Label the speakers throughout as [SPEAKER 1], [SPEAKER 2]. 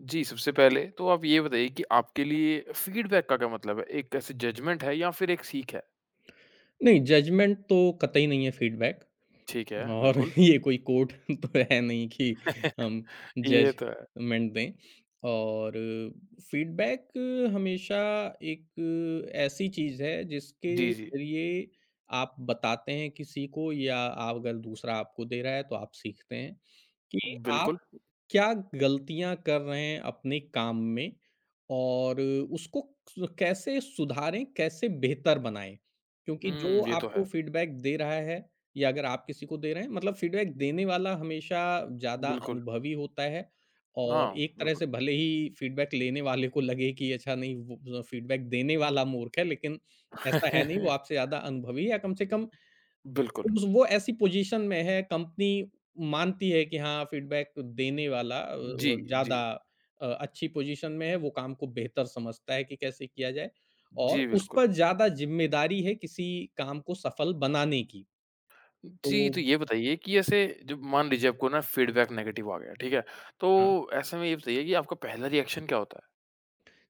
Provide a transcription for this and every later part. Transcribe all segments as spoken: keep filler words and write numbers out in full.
[SPEAKER 1] जी, सबसे पहले तो आप ये बताइए कि आपके लिए फीडबैक का क्या मतलब है? एक ऐसे जजमेंट है या फिर एक सीख है?
[SPEAKER 2] नहीं, जजमेंट तो कतई नहीं है फीडबैक।
[SPEAKER 1] ठीक है,
[SPEAKER 2] और
[SPEAKER 1] बिल्कुल।
[SPEAKER 2] ये कोई कोर्ट तो है नहीं कि हम
[SPEAKER 1] ये तो है।
[SPEAKER 2] जजमेंट दें। और फीडबैक हमेशा एक ऐसी चीज़ है जिसके
[SPEAKER 1] जी, जी।
[SPEAKER 2] ज़रिए आप बताते हैं किसी को, या आप अगर दूसरा आपको दे रहा है तो आप सीखते हैं कि
[SPEAKER 1] बिल्कुल।
[SPEAKER 2] आप क्या गलतियाँ कर रहे हैं अपने काम में, और उसको स कैसे सुधारें, कैसे बेहतर बनाएँ? क्योंकि जो
[SPEAKER 1] हुँ, ये तो
[SPEAKER 2] आपको
[SPEAKER 1] है।
[SPEAKER 2] फीडबैक दे रहा है, या अगर आप किसी को दे रहे हैं, मतलब फीडबैक देने वाला हमेशा ज़्यादा
[SPEAKER 1] बिल्कुल।
[SPEAKER 2] अनुभवी होता है।
[SPEAKER 1] हाँ,
[SPEAKER 2] और एक तरह
[SPEAKER 1] बिल्कुल।
[SPEAKER 2] से भले ही फीडबैक लेने वाले को लगे कि अच्छा नहीं, वो ज़ फीडबैक देने वाला मूर्ख है, लेकिन ऐसा है नहीं। वो आपसे ज़्यादा अनुभवी है, या कम से कम
[SPEAKER 1] बिल्कुल।
[SPEAKER 2] उस वो ऐसी पोज़ीशन में है, कंपनी मानती है कि हाँ, फ़ीडबैक देने वाला
[SPEAKER 1] जी,
[SPEAKER 2] अ, ज़्यादा
[SPEAKER 1] जी।
[SPEAKER 2] अ, अच्छी पोज़ीशन में है, वो काम को बेहतर समझता है कि कैसे किया जाए,
[SPEAKER 1] जी,
[SPEAKER 2] और उस
[SPEAKER 1] बिल्कुल।
[SPEAKER 2] पर ज़्यादा ज़िम्मेदारी है किसी काम को सफल बनाने की। तो
[SPEAKER 1] जी, तो ये बताइए कि ऐसे जब मान लीजिए आपको ना फीडबैक नेगेटिव आ गया, ठीक है? तो
[SPEAKER 2] हाँ,
[SPEAKER 1] ऐसे में ये बताइए कि आपका पहला रिएक्शन क्या होता है?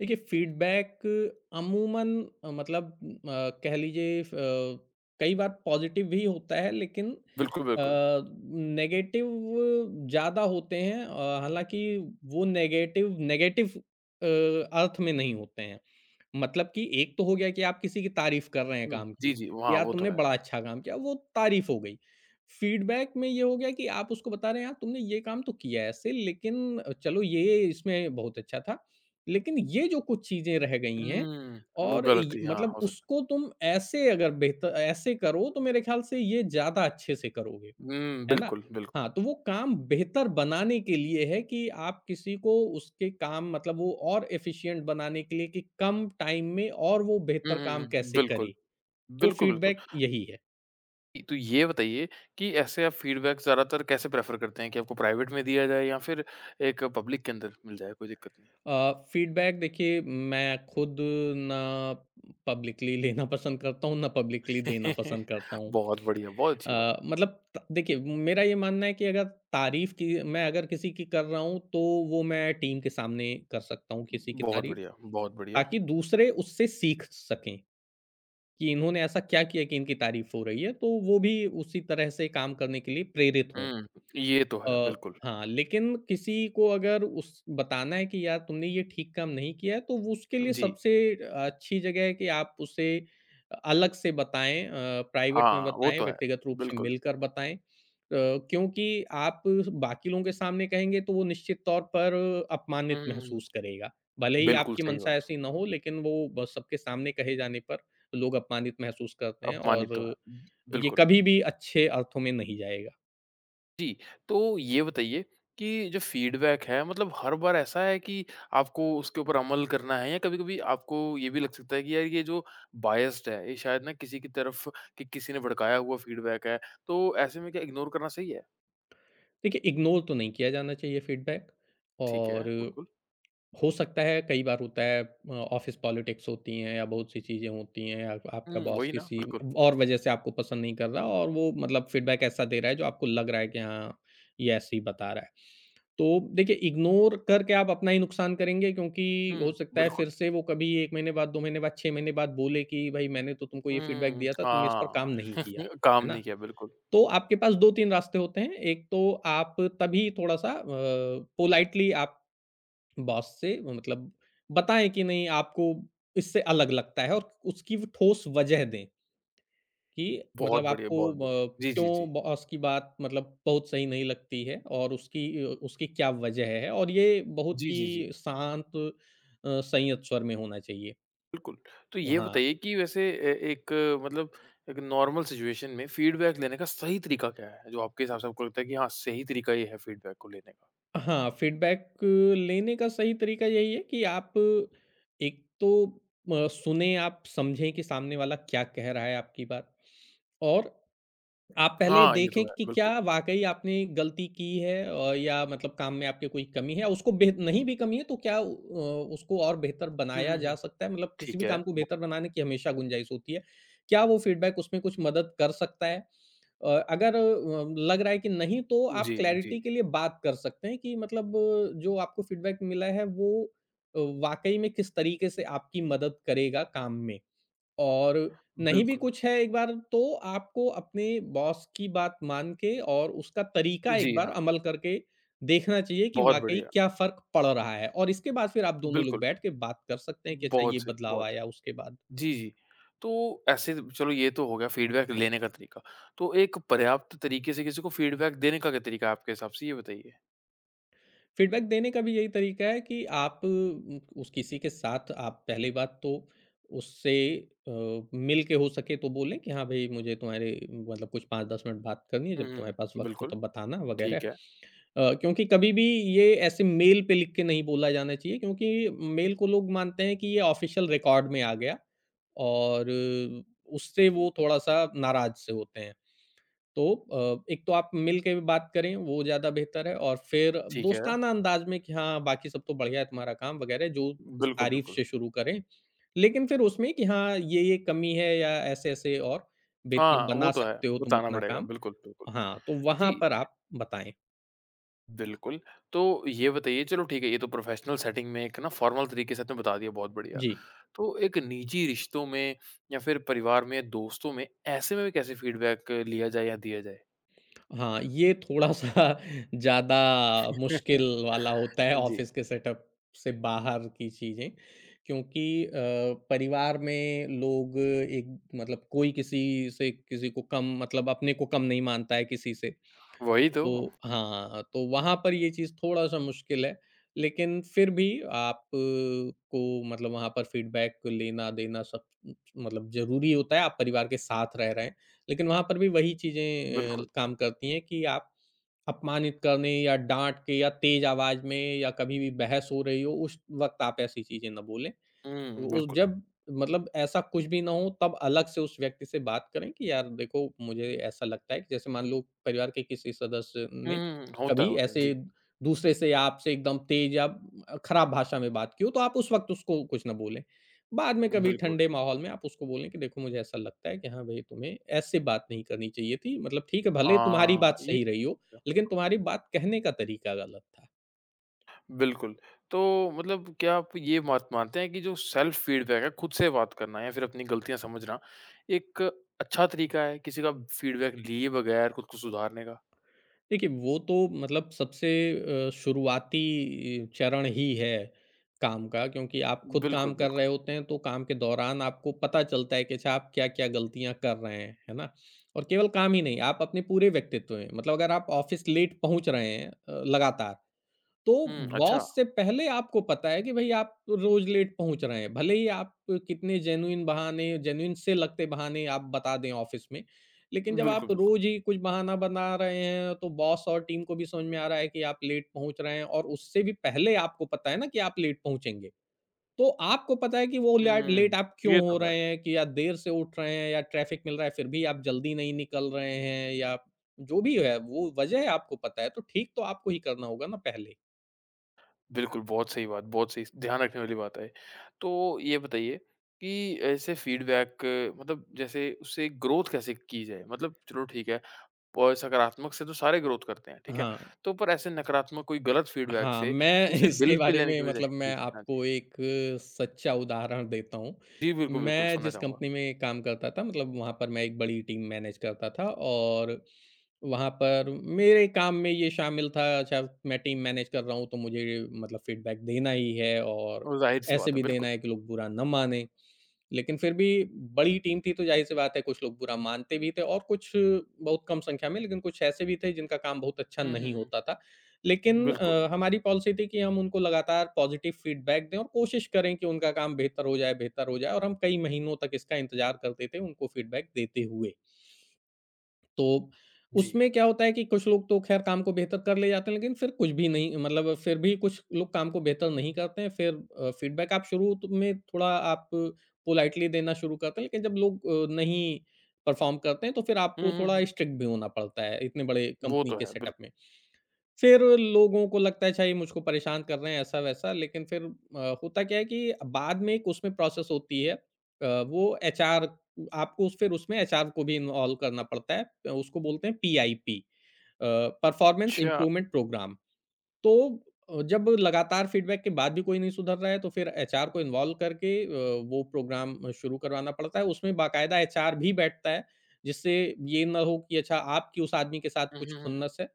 [SPEAKER 2] देखिए फ़ीडबैक अमूमन अ, मतलब अ, कह लीजिए फ कई बार पॉज़िटिव भी होता है, लेकिन अ,
[SPEAKER 1] बिल्कुल, बिल्कुल।
[SPEAKER 2] नेगेटिव ज़्यादा होते हैं। अ, हालाँकि वो नेगेटिव नेगेटिव अ, अर्थ में नहीं होते हैं। मतलब कि एक तो हो गया कि आप किसी की तारीफ़ कर रहे हैं
[SPEAKER 1] हुँ,
[SPEAKER 2] काम
[SPEAKER 1] जी,
[SPEAKER 2] की,
[SPEAKER 1] जी। हाँ,
[SPEAKER 2] यार
[SPEAKER 1] वो तो
[SPEAKER 2] तुमने
[SPEAKER 1] है।
[SPEAKER 2] बड़ा अच्छा काम किया, वो तारीफ़ हो गई। फीडबैक में ये हो गया कि आप उसको बता रहे हैं, यार तुमने ये काम तो किया ऐसे, लेकिन चलो ये इसमें बहुत अच्छा था। लेकिन ये जो कुछ चीज़ें रह गई हैं,
[SPEAKER 1] हुँ, वो
[SPEAKER 2] और
[SPEAKER 1] गलत
[SPEAKER 2] य
[SPEAKER 1] थी। हाँ,
[SPEAKER 2] मतलब
[SPEAKER 1] हो सकता
[SPEAKER 2] उसको तुम ऐसे अगर बेहतर ऐसे करो तो मेरे ख़्याल से ये ज़्यादा अच्छे से करोगे।
[SPEAKER 1] है। हुँ,
[SPEAKER 2] है ना?
[SPEAKER 1] बिल्कुल, बिल्कुल।
[SPEAKER 2] हाँ, तो वो काम बेहतर बनाने के लिए है कि आप किसी को उसके काम, मतलब वो और एफ़िशिएंट बनाने के लिए कि कम टाइम में और वो
[SPEAKER 1] हुँ,
[SPEAKER 2] बेहतर
[SPEAKER 1] हुँ,
[SPEAKER 2] काम
[SPEAKER 1] हुँ।
[SPEAKER 2] कैसे करे,
[SPEAKER 1] बिल्कुल।
[SPEAKER 2] तो
[SPEAKER 1] बिल्कुल, बिल्कुल।
[SPEAKER 2] फ़ीडबैक यही है।
[SPEAKER 1] तो ये बताइए कि ऐसे आप फ़ीडबैक ज़्यादातर कैसे प्रेफ़र करते हैं कि आपको प्राइवेट में दिया जाए या फिर एक पब्लिक के अंदर मिल जाए, कोई दिक्कत नहीं?
[SPEAKER 2] अ, फ़ीडबैक देखिए, मैं खुद ना पब्लिकली लेना पसंद करता हूँ, ना पब्लिकली देना पसंद करता हूँ।
[SPEAKER 1] बहुत बढ़िया, बहुत अच्छी बात
[SPEAKER 2] अ,
[SPEAKER 1] है।
[SPEAKER 2] मतलब त देखिए मेरा ये मानना है कि अगर तारीफ़ की मैं अगर किसी की कर रहा हूँ, तो वो मैं टीम के सामने कर सकता हूँ किसी की
[SPEAKER 1] बहुत
[SPEAKER 2] तारीफ़,
[SPEAKER 1] बढ़िया, बहुत बढ़िया।
[SPEAKER 2] ताकि दूसरे उससे सीख सकें कि इन्होंने ऐसा क्या किया कि इनकी तारीफ़ हो रही है, तो वो भी उसी तरह से काम करने के लिए प्रेरित हों।
[SPEAKER 1] हुँ, ये तो है,
[SPEAKER 2] अ,
[SPEAKER 1] बिल्कुल।
[SPEAKER 2] हाँ, लेकिन किसी को अगर उस बताना है कि यार तुमने ये ठीक काम नहीं किया है, तो वो उसके लिए
[SPEAKER 1] जी,
[SPEAKER 2] सबसे अच्छी जगह है कि आप उसे अलग से बताएँ, अ, प्राइवेट में
[SPEAKER 1] हाँ, वो
[SPEAKER 2] बताएँ,
[SPEAKER 1] तो है।
[SPEAKER 2] व्यक्तिगत रूप से
[SPEAKER 1] बिल्कुल।
[SPEAKER 2] मिलकर बताएँ। अ, क्योंकि आप बाकी लोगों के सामने कहेंगे तो वो निश्चित तौर पर
[SPEAKER 1] हुँ,
[SPEAKER 2] अपमानित
[SPEAKER 1] हुँ, हुँ।
[SPEAKER 2] महसूस करेगा। भले ही
[SPEAKER 1] बिल्कुल
[SPEAKER 2] आपकी
[SPEAKER 1] सही
[SPEAKER 2] मनसा
[SPEAKER 1] बात।
[SPEAKER 2] ऐसी ना हो, लेकिन वो ब सबके सामने कहे जाने पर लोग अपमानित महसूस करते हैं,
[SPEAKER 1] अपमानित तो है।
[SPEAKER 2] और ये
[SPEAKER 1] बिल्कुल।
[SPEAKER 2] कभी भी अच्छे अर्थों में नहीं जाएगा।
[SPEAKER 1] जी, तो ये बताइए कि जो फीडबैक है मतलब हर बार ऐसा है कि आपको उसके ऊपर अमल करना है या कभी-कभी आपको ये भी लग सकता है कि यार ये जो बायस्ड है, ये शायद ना किसी की तरफ कि किसी ने भड़काया हुआ फीडबैक है, तो ऐसे में क्या इग्नोर करना सही है?
[SPEAKER 2] देखिए, इग्नोर तो नहीं किया जाना चाहिए फीडबैक।
[SPEAKER 1] ठीक है।
[SPEAKER 2] और
[SPEAKER 1] बिल्कुल।
[SPEAKER 2] हो सकता है, कई बार होता है अ, ऑफ़िस पॉलिटिक्स होती हैं या बहुत सी चीज़ें होती हैं, आप आपका
[SPEAKER 1] हुँ,
[SPEAKER 2] बॉस
[SPEAKER 1] वही ना।
[SPEAKER 2] किसी
[SPEAKER 1] बिल्कुल।
[SPEAKER 2] और वजह से आपको पसंद नहीं कर रहा, और वो मतलब फीडबैक ऐसा दे रहा है जो आपको लग रहा है कि हाँ, ये ऐसे ही बता रहा है। तो देखिए, इग्नोर करके आप अपना ही नुकसान करेंगे, क्योंकि हो
[SPEAKER 1] हुँ,
[SPEAKER 2] सकता है
[SPEAKER 1] बिल्कुल।
[SPEAKER 2] फिर से वो कभी एक महीने बाद, दो महीने बाद, छह महीने बाद बोले कि, "भई मैंने तो तुमको ये फीडबैक
[SPEAKER 1] हुँ,
[SPEAKER 2] दिया था, तुमने इस पर
[SPEAKER 1] हाँ,
[SPEAKER 2] काम नहीं किया।"
[SPEAKER 1] काम
[SPEAKER 2] है ना?
[SPEAKER 1] नहीं किया बिल्कुल।
[SPEAKER 2] तो आपके पास दो तीन रास्ते होते हैं। एक तो आप तभी थोड़ा-सा अ, पोलाइटली आप बॉस से, मतलब बताएँ कि नहीं आपको इससे अलग लगता है, और उसकी वो ठोस वजह दें कि
[SPEAKER 1] बहुत
[SPEAKER 2] मतलब
[SPEAKER 1] बढ़िया,
[SPEAKER 2] आपको
[SPEAKER 1] बहुत बढ़िया।
[SPEAKER 2] अ,
[SPEAKER 1] जी, जी, जी।
[SPEAKER 2] क्यों बॉस की बात, मतलब बहुत सही नहीं लगती है, और उसकी अ, उसकी क्या वजह है, और ये बहुत
[SPEAKER 1] जी,
[SPEAKER 2] ही
[SPEAKER 1] जी, जी।
[SPEAKER 2] शांत अ, संयत स्वर में होना चाहिए।
[SPEAKER 1] बिल्कुल, तो ये
[SPEAKER 2] हाँ।
[SPEAKER 1] बताइए कि वैसे ए एक अ, मतलब एक नॉर्मल सिचुएशन में फीडबैक लेने का सही तरीका क्या है? जो आपके हिसाब से आपको लगता है कि हाँ, सही तरीका ये है फीडबैक को लेने का?
[SPEAKER 2] हाँ, फीडबैक लेने का सही तरीका यही है कि आप एक तो अ, सुनें, आप समझें कि सामने वाला क्या कह रहा है आपकी बात, और आप पहले
[SPEAKER 1] हाँ, ये तो
[SPEAKER 2] देखें
[SPEAKER 1] है,
[SPEAKER 2] कि क्या
[SPEAKER 1] बिल्कुल।
[SPEAKER 2] वाक़ई आपने गलती की है, अ, या मतलब काम में आपके कोई कमी है, उसको बेह नहीं भी कमी है तो क्या अ, उसको और बेहतर
[SPEAKER 1] हुँ,
[SPEAKER 2] बनाया
[SPEAKER 1] हुँ,
[SPEAKER 2] जा
[SPEAKER 1] हुँ।
[SPEAKER 2] सकता है? मतलब किसी
[SPEAKER 1] ठीक
[SPEAKER 2] भी
[SPEAKER 1] है,
[SPEAKER 2] काम को
[SPEAKER 1] ब
[SPEAKER 2] बेहतर बनाने की हमेशा गुंजाइश होती है। क्या वो फीडबैक उसमें कुछ मदद कर सकता है? अ, अगर अ, लग रहा है कि नहीं, तो आप
[SPEAKER 1] जी, जी,
[SPEAKER 2] क्लैरिटी के लिए बात कर सकते हैं कि मतलब अ, जो आपको फीडबैक मिला है वो अ, वाकई में किस तरीके से आपकी मदद करेगा काम में। और नहीं भी
[SPEAKER 1] बिल्कुल।
[SPEAKER 2] कुछ है, एक बार तो आपको अपने बॉस की बात मान के और उसका तरीका एक
[SPEAKER 1] जी
[SPEAKER 2] बार
[SPEAKER 1] हाँ,
[SPEAKER 2] अमल करके देखना चाहिए कि
[SPEAKER 1] बहुत
[SPEAKER 2] वाक़ई
[SPEAKER 1] बढ़िया,
[SPEAKER 2] क्या फ़र्क पड़ रहा है, और इसके बाद फिर आप दोनों लोग
[SPEAKER 1] बिल्कुल,
[SPEAKER 2] बैठ के बात कर सकते हैं कि अच्छा ये
[SPEAKER 1] बहुत सही,
[SPEAKER 2] बदलाव
[SPEAKER 1] बहुत
[SPEAKER 2] आया
[SPEAKER 1] सही।
[SPEAKER 2] उसके बाद।
[SPEAKER 1] जी, जी, तो ऐसे चलो ये तो हो गया फीडबैक लेने का तरीका, तो एक पर्याप्त तरीके से किसी को फीडबैक देने का क्या तरीका है आपके हिसाब से? ये बताइए।
[SPEAKER 2] फीडबैक देने का भी यही तरीका है कि आप उम, उस किसी के साथ आप पहली बात तो उससे अ, मिल के हो सके तो बोलें कि हाँ भाई, मुझे तुम्हारे, मतलब कुछ पाँच दस मिनट बात करनी है,
[SPEAKER 1] हुँ,
[SPEAKER 2] जब तुम्हारे पास
[SPEAKER 1] हुँ,
[SPEAKER 2] वक़्त हो
[SPEAKER 1] बिल्कुल,
[SPEAKER 2] तब बताना वग़ैरह।
[SPEAKER 1] ठीक है,
[SPEAKER 2] अ, क्योंकि कभी भी ये ऐसे मेल पे लिख के नहीं बोला जाना चाहिए, क्योंकि मेल को लोग मानते हैं कि ये ऑफ़िशियल रिकॉर्ड में आ गया, और अ, उससे वो थोड़ा-सा नाराज़ से होते हैं। तो अ, एक तो आप मिल के भी बात करें, वो ज़्यादा बेहतर है, और फिर
[SPEAKER 1] ठीक है।
[SPEAKER 2] दोस्ताना अंदाज़ में कि हाँ, बाकी सब तो बढ़िया है तुम्हारा काम वगैरह, जो उस
[SPEAKER 1] बिल्कुल,
[SPEAKER 2] तारीफ़
[SPEAKER 1] बिल्कुल।
[SPEAKER 2] से शुरू करें। लेकिन फिर उसमें कि हाँ, ये-ये कमी है या ऐसे-ऐसे और बेहतर
[SPEAKER 1] हाँ, वो
[SPEAKER 2] बना
[SPEAKER 1] तो है,
[SPEAKER 2] सकते हो तुम
[SPEAKER 1] बताना
[SPEAKER 2] अपना
[SPEAKER 1] पड़ेगा।
[SPEAKER 2] काम।
[SPEAKER 1] बिल्कुल, बिल्कुल।
[SPEAKER 2] हाँ, तो वहाँ
[SPEAKER 1] जी,
[SPEAKER 2] पर आप बताएँ।
[SPEAKER 1] बिल्कुल। तो ये बताइए चलो ठीक है, ये तो प्रोफ़ेशनल सेटिंग में एक ना फ़ॉर्मल तरीके से आपने बता दिया, बहुत बढ़िया।
[SPEAKER 2] जी।
[SPEAKER 1] तो एक निजी रिश्तों में या फिर परिवार में, दोस्तों में, ऐसे में भी कैसे फ़ीडबैक लिया जाए या दिया जाए?
[SPEAKER 2] हाँ, ये थोड़ा-सा ज़्यादा मुश्किल वाला होता है,
[SPEAKER 1] जी,
[SPEAKER 2] ऑफ़िस के सेटअप से बाहर की चीज़ें, क्योंकि अ, परिवार में लोग एक, मतलब कोई किसी से किसी को कम, मतलब अपने को कम नहीं मानता है किसी से।
[SPEAKER 1] वही तो।
[SPEAKER 2] तो हाँ, तो वहाँ पर ये चीज़ थोड़ा-सा मुश्किल है, लेकिन फिर भी आप अ, को मतलब वहाँ पर फीडबैक लेना-देना सब मतलब ज़रूरी होता है, आप परिवार के साथ रह रहे हैं। लेकिन वहाँ पर भी वही चीज़ें अ,
[SPEAKER 1] बिल्कुल।
[SPEAKER 2] काम करती हैं कि आप अपमानित करने या डाँट के या तेज़ आवाज़ में, या कभी भी बहस हो रही हो, उस वक़्त आप ऐसी चीज़ें ना बोलें।
[SPEAKER 1] हुँ,
[SPEAKER 2] वो
[SPEAKER 1] बिल्कुल।
[SPEAKER 2] जब, मतलब ऐसा कुछ भी ना हो, तब अलग से उस व्यक्ति से बात करें कि यार देखो मुझे ऐसा लगता है कि, जैसे मान लो परिवार के किसी सदस्य
[SPEAKER 1] हुँ,
[SPEAKER 2] ने
[SPEAKER 1] हुँ, हुँ, होता है,
[SPEAKER 2] कभी
[SPEAKER 1] होता है। जी,
[SPEAKER 2] ऐसे दूसरे से आपसे एकदम तेज या खराब भाषा में बात की हो, तो आप उस वक्त उसको कुछ ना बोलें। बाद में कभी
[SPEAKER 1] बिल्कुल।
[SPEAKER 2] ठंडे माहौल में आप उसको बोलें कि देखो मुझे ऐसा लगता है कि हाँ भाई, तुम्हें ऐसे बात नहीं करनी चाहिए थी, मतलब ठीक है भले तुम्हारी
[SPEAKER 1] हाँ,
[SPEAKER 2] बात
[SPEAKER 1] ये
[SPEAKER 2] सही रही हो, लेकिन तुम्हारी बात कहने का तरीका गलत था।
[SPEAKER 1] बिल्कुल। तो मतलब क्या आप ये बात मानते हैं कि जो सेल्फ फ़ीडबैक है, खुद से बात करना या फिर अपनी गलतियाँ समझना, एक अच्छा तरीका है किसी का फ़ीडबैक लिए बगैर खुद को सुधारने का?
[SPEAKER 2] देखिए, वो तो मतलब सबसे अ, शुरुआती चरण ही है काम का, क्योंकि आप खुद
[SPEAKER 1] बिल्कुल,
[SPEAKER 2] काम कर
[SPEAKER 1] बिल्कुल।
[SPEAKER 2] रहे होते हैं, तो काम के दौरान आपको पता चलता है कि अच्छा आप क्या-क्या गलतियाँ कर रहे हैं, है ना? और केवल काम ही नहीं, आप अपने पूरे व्यक्तित्व में, मतलब अगर आप ऑफ़िस लेट पहुँच रहे हैं अ, लगातार, तो
[SPEAKER 1] हुँ,
[SPEAKER 2] बॉस
[SPEAKER 1] अच्छा।
[SPEAKER 2] से पहले आपको पता है कि भई आप रोज़ लेट पहुँच रहे हैं। भले ही आप कितने जेनुइन बहाने, जेनुइन से लगते बहाने आप बता दें ऑफ़िस में, लेकिन जब आप
[SPEAKER 1] बिल्कुल, बिल्कुल।
[SPEAKER 2] रोज़ ही कुछ बहाना बना रहे हैं, तो बॉस और टीम को भी समझ में आ रहा है कि आप लेट पहुँच रहे हैं, और उससे भी पहले आपको पता है ना कि आप लेट पहुँचेंगे। तो आपको पता है कि वो लैट लेट
[SPEAKER 1] हुँ,
[SPEAKER 2] आप क्यों
[SPEAKER 1] ये
[SPEAKER 2] हो
[SPEAKER 1] तो है।
[SPEAKER 2] रहे हैं कि या देर से उठ रहे हैं या ट्रैफ़िक मिल रहा है, फिर भी आप जल्दी नहीं निकल रहे हैं, या जो भी है, वो वजह है आपको पता है, तो ठीक तो आपको ही करना होगा ना पहले।
[SPEAKER 1] बिल्कुल, बहुत सही बात, बहुत सही, ध्यान रखने वाली बात है। तो ये बताइए कि ऐसे फ़ीडबैक मतलब जैसे उससे ग्रोथ कैसे की जाए? मतलब चलो ठीक है वो सकारात्मक से तो सारे ग्रोथ करते हैं, ठीक है?
[SPEAKER 2] हाँ,
[SPEAKER 1] तो पर ऐसे नकारात्मक कोई गलत फ़ीडबैक
[SPEAKER 2] हाँ,
[SPEAKER 1] से
[SPEAKER 2] मैं
[SPEAKER 1] उसे दिल
[SPEAKER 2] इसके
[SPEAKER 1] पे
[SPEAKER 2] बारे
[SPEAKER 1] लेने
[SPEAKER 2] में,
[SPEAKER 1] की बजाय
[SPEAKER 2] मतलब मैं
[SPEAKER 1] जी, हाँ जी।
[SPEAKER 2] आपको एक सच्चा उदाहरण देता हूँ।
[SPEAKER 1] जी, बिल्कुल, बिल्कुल
[SPEAKER 2] मैं
[SPEAKER 1] सुनना
[SPEAKER 2] जिस
[SPEAKER 1] चाहूँगा।
[SPEAKER 2] कंपनी में काम करता था, मतलब वहाँ पर मैं एक बड़ी टीम मैनेज करता था, और वहाँ पर मेरे काम में ये शामिल था, अच्छा मैं टीम मैनेज कर रहा हूँ तो मुझे, मतलब फीडबैक देना ही है, और
[SPEAKER 1] और ज़ाहिर-सी
[SPEAKER 2] ऐसे
[SPEAKER 1] बात है,
[SPEAKER 2] भी देना
[SPEAKER 1] बिल्कुल।
[SPEAKER 2] है कि लोग बुरा ना माने। लेकिन फिर भी बड़ी टीम थी, तो ज़ाहिर-सी बात है कुछ लोग बुरा मानते भी थे, और कुछ बहुत कम संख्या में, लेकिन कुछ ऐसे भी थे जिनका काम बहुत अच्छा
[SPEAKER 1] हुँ, हुँ,
[SPEAKER 2] नहीं
[SPEAKER 1] हुँ।
[SPEAKER 2] होता था। लेकिन
[SPEAKER 1] बिल्कुल,
[SPEAKER 2] अ, हमारी पॉलिसी थी कि हम उनको लगातार पॉज़िटिव फ़ीडबैक दें और कोशिश करें कि उनका काम बेहतर हो जाए, बेहतर हो जाए, और हम कई महीनों तक इसका इंतज़ार करते थे उनको फ़ीडबैक देते हुए। तो
[SPEAKER 1] जी।
[SPEAKER 2] उसमें क्या होता है कि कुछ लोग तो ख़ैर काम को बेहतर कर ले जाते हैं, लेकिन फिर कुछ भी नहीं, मतलब फिर भी कुछ लोग काम को बेहतर नहीं करते हैं। फिर अ, फ़ीडबैक आप शुरू त में थोड़ा आप पोलाइटली देना शुरू करते हैं, लेकिन जब लोग अ, नहीं परफ़ॉर्म करते हैं, तो फिर
[SPEAKER 1] हुँ,
[SPEAKER 2] आपको
[SPEAKER 1] हुँ,
[SPEAKER 2] थोड़ा
[SPEAKER 1] हुँ।
[SPEAKER 2] स्ट्रिक्ट भी होना पड़ता है, इतने बड़े
[SPEAKER 1] वो
[SPEAKER 2] कंपनी
[SPEAKER 1] तो
[SPEAKER 2] के
[SPEAKER 1] है, बिल्क
[SPEAKER 2] सेटअप में। फिर लोगों को लगता है अच्छा ये मुझको परेशान कर रहे हैं ऐसा-वैसा, लेकिन फिर अ, होता क्या है कि बाद में एक उसमें प्रोसेस होती है। अ, वो एचआर, आपको उस फिर उसमें एचआर को भी इन्वॉल्व करना पड़ता है। उसको बोलते हैं पीआईपी, अ, परफॉर्मेंस
[SPEAKER 1] अच्छा।
[SPEAKER 2] Improvement programme. तो अ, जब लगातार फीडबैक के बाद भी कोई नहीं सुधर रहा है, तो फिर एचआर को इन्वॉल्व करके अ, वो प्रोग्राम शुरू करवाना पड़ता है। उसमें बाकायदा एचआर भी बैठता है, जिससे ये ना हो कि अच्छा आपकी उस आदमी के साथ
[SPEAKER 1] हुँ,
[SPEAKER 2] कुछ
[SPEAKER 1] हुँ, हुँ, हुँ।
[SPEAKER 2] खुन्नस है।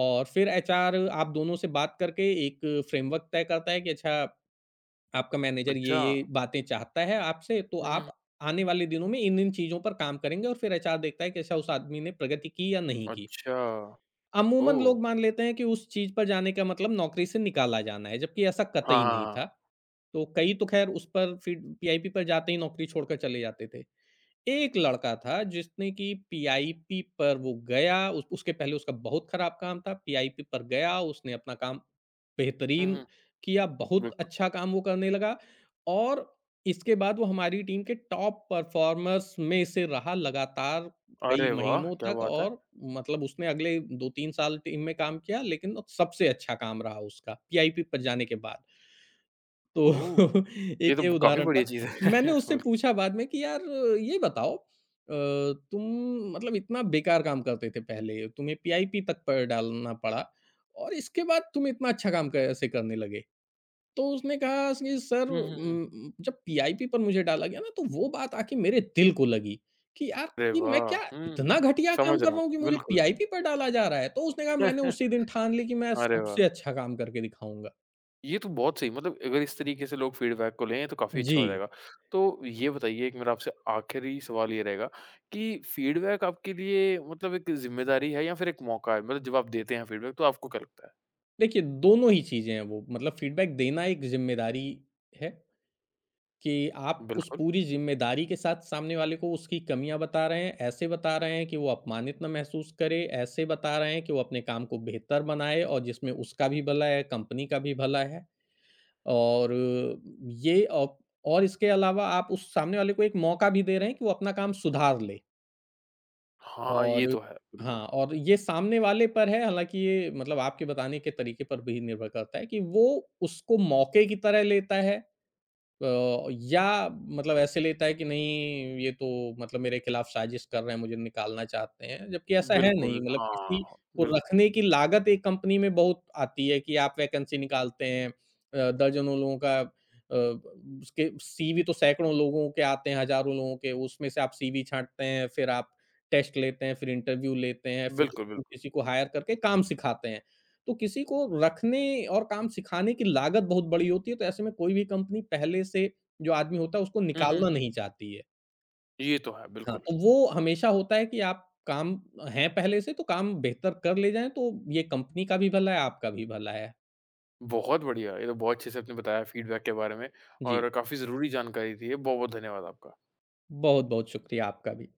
[SPEAKER 2] और फिर एचआर आप दोनों से बात करके एक फ्रेमवर्क तय करता है कि अच्छा आपका मैनेजर
[SPEAKER 1] अच्छा।
[SPEAKER 2] ये-ये बातें चाहता है आपसे, तो
[SPEAKER 1] हुँ, हुँ, हुँ।
[SPEAKER 2] आप आने वाले दिनों में इन-इन चीज़ों पर काम करेंगे, और फिर एचआर देखता है कि अच्छा उस आदमी ने प्रगति की या नहीं की।
[SPEAKER 1] अच्छा।
[SPEAKER 2] अमूमन
[SPEAKER 1] ओह!
[SPEAKER 2] लोग मान लेते हैं कि उस चीज़ पर जाने का मतलब नौकरी से निकाला जाना है, जबकि ऐसा
[SPEAKER 1] हाँ,
[SPEAKER 2] कतई
[SPEAKER 1] हाँ,
[SPEAKER 2] नहीं
[SPEAKER 1] हाँ।
[SPEAKER 2] था। तो कई तो खैर उस पर फिर, पीआईपी पर जाते ही नौकरी छोड़कर चले जाते थे। एक लड़का था, जिसने कि पीआईपी पर वो गया। उस उसके पहले उसका बहुत खराब काम था, पीआईपी पर गया, उसने अपना काम
[SPEAKER 1] हुँ,
[SPEAKER 2] बेहतरीन
[SPEAKER 1] हुँ,
[SPEAKER 2] किया, बहुत
[SPEAKER 1] बिल्कुल।
[SPEAKER 2] अच्छा काम वो करने लगा, और इसके बाद वो हमारी टीम के टॉप परफ़ॉर्मर्स में से रहा लगातार कई
[SPEAKER 1] अरे वाह!
[SPEAKER 2] महीनों
[SPEAKER 1] क्या
[SPEAKER 2] तक।
[SPEAKER 1] बात है।
[SPEAKER 2] और मतलब उसने अगले दो तीन साल टीम में काम किया, लेकिन सबसे अच्छा काम रहा उसका, पीआईपी पर जाने के बाद। तो
[SPEAKER 1] ओह! ये
[SPEAKER 2] एक
[SPEAKER 1] तो
[SPEAKER 2] ये
[SPEAKER 1] काफ़ी
[SPEAKER 2] उदाहरण
[SPEAKER 1] बढ़िया
[SPEAKER 2] था।
[SPEAKER 1] चीज़ है।
[SPEAKER 2] मैंने उससे
[SPEAKER 1] बिल्क
[SPEAKER 2] पूछा बाद में कि यार, ये बताओ अ, तुम मतलब इतना बेकार काम करते थे पहले, तुम्हें पीआईपी तक प डालना पड़ा, और इसके बाद तुम इतना अच्छा काम कैसे करने लगे? तो उसने कहा कि सर
[SPEAKER 1] हुँ, हुँ, हुँ।
[SPEAKER 2] उम, जब पीआईपी पर मुझे डाला गया ना, तो वो बात आके मेरे दिल को लगी कि यार,
[SPEAKER 1] अरे
[SPEAKER 2] कि मैं
[SPEAKER 1] वाह!
[SPEAKER 2] क्या
[SPEAKER 1] हुँ,
[SPEAKER 2] इतना घटिया काम
[SPEAKER 1] समझ
[SPEAKER 2] कर
[SPEAKER 1] रहा हूँ,
[SPEAKER 2] रहा हूँ कि मुझे
[SPEAKER 1] बिल्कुल।
[SPEAKER 2] पीआईपी पर डाला जा रहा है? तो उसने कहा मैंने उसी दिन ठान ली कि मैं
[SPEAKER 1] अरे वाह!
[SPEAKER 2] सबसे अच्छा काम करके दिखाऊँगा।
[SPEAKER 1] ये तो बहुत सही मतलब अगर इस तरीके से लोग फीडबैक को लें तो काफ़ी अच्छा
[SPEAKER 2] जी।
[SPEAKER 1] हो जाएगा। तो ये बताइए एक मेरा आपसे आखिरी सवाल ये रहेगा कि फीडबैक आपके लिए मतलब एक ज़िम्मेदारी है या फिर एक मौका है? मतलब जब आप देते हैं फीडबैक तो आपको क्या लगता है?
[SPEAKER 2] देखिए, दोनों ही चीज़ें हैं वो, मतलब फ़ीडबैक देना एक ज़िम्मेदारी है कि आप उस
[SPEAKER 1] बिल्कुल।
[SPEAKER 2] पूरी ज़िम्मेदारी के साथ सामने वाले को उसकी कमियाँ बता रहे हैं, ऐसे बता रहे हैं कि वो अपमानित ना महसूस करे, ऐसे बता रहे हैं कि वो अपने काम को बेहतर बनाए, और जिसमें उसका भी भला है, कंपनी का भी भला है। और ये औ और इसके अलावा आप उस सामने वाले को एक मौका भी दे रहे हैं कि वो अपना काम सुधार ले।
[SPEAKER 1] हाँ, ये
[SPEAKER 2] और
[SPEAKER 1] तो है, बिल्कुल।
[SPEAKER 2] हाँ, और ये सामने वाले पर है, हालाँकि ये मतलब आपके बताने के तरीके पर भी निर्भर करता है कि वो उसको मौके की तरह लेता है, अ, या मतलब ऐसे लेता है कि नहीं ये तो मतलब मेरे खिलाफ साजिश कर रहे हैं, मुझे निकालना चाहते हैं, जबकि ऐसा है। हुँ। नहीं
[SPEAKER 1] बिल्कुल,
[SPEAKER 2] मतलब किसी
[SPEAKER 1] हाँ,
[SPEAKER 2] को
[SPEAKER 1] बिल्कुल,
[SPEAKER 2] रखने की लागत एक कंपनी में बहुत आती है कि आप वैकेंसी निकालते हैं, अ, दर्जनों लोगों का, अ, उसके सीवी तो सैकड़ों लोगों के आते हैं, हज़ारों लोगों के, उसमें से आप सीवी छाँटते हैं, फिर आप टेस्ट लेते हैं, फिर इंटरव्यू लेते हैं, फिर
[SPEAKER 1] बिल्कुल, बिल्कुल।
[SPEAKER 2] किसी को हायर करके काम सिखाते हैं। तो किसी को रखने और काम सिखाने की लागत बहुत बड़ी होती है, तो ऐसे में कोई भी कंपनी पहले से जो आदमी होता है उसको
[SPEAKER 1] हुँ, हुँ,
[SPEAKER 2] निकालना
[SPEAKER 1] हुँ।
[SPEAKER 2] नहीं चाहती है।
[SPEAKER 1] ये तो है,
[SPEAKER 2] हाँ।
[SPEAKER 1] बिल्कुल।
[SPEAKER 2] तो वो हमेशा होता है कि आप काम हैं पहले से, तो काम बेहतर कर ले जाएँ, तो ये कंपनी का भी भला है, आपका भी भला है।
[SPEAKER 1] बहुत बढ़िया, ये तो बहुत अच्छे से आपने बताया फीडबैक के बारे में
[SPEAKER 2] जी,
[SPEAKER 1] और काफ़ी ज़रूरी जानकारी थी ये। बहुत-बहुत धन्यवाद आपका।
[SPEAKER 2] बहुत-बहुत शुक्रिया आपका भी।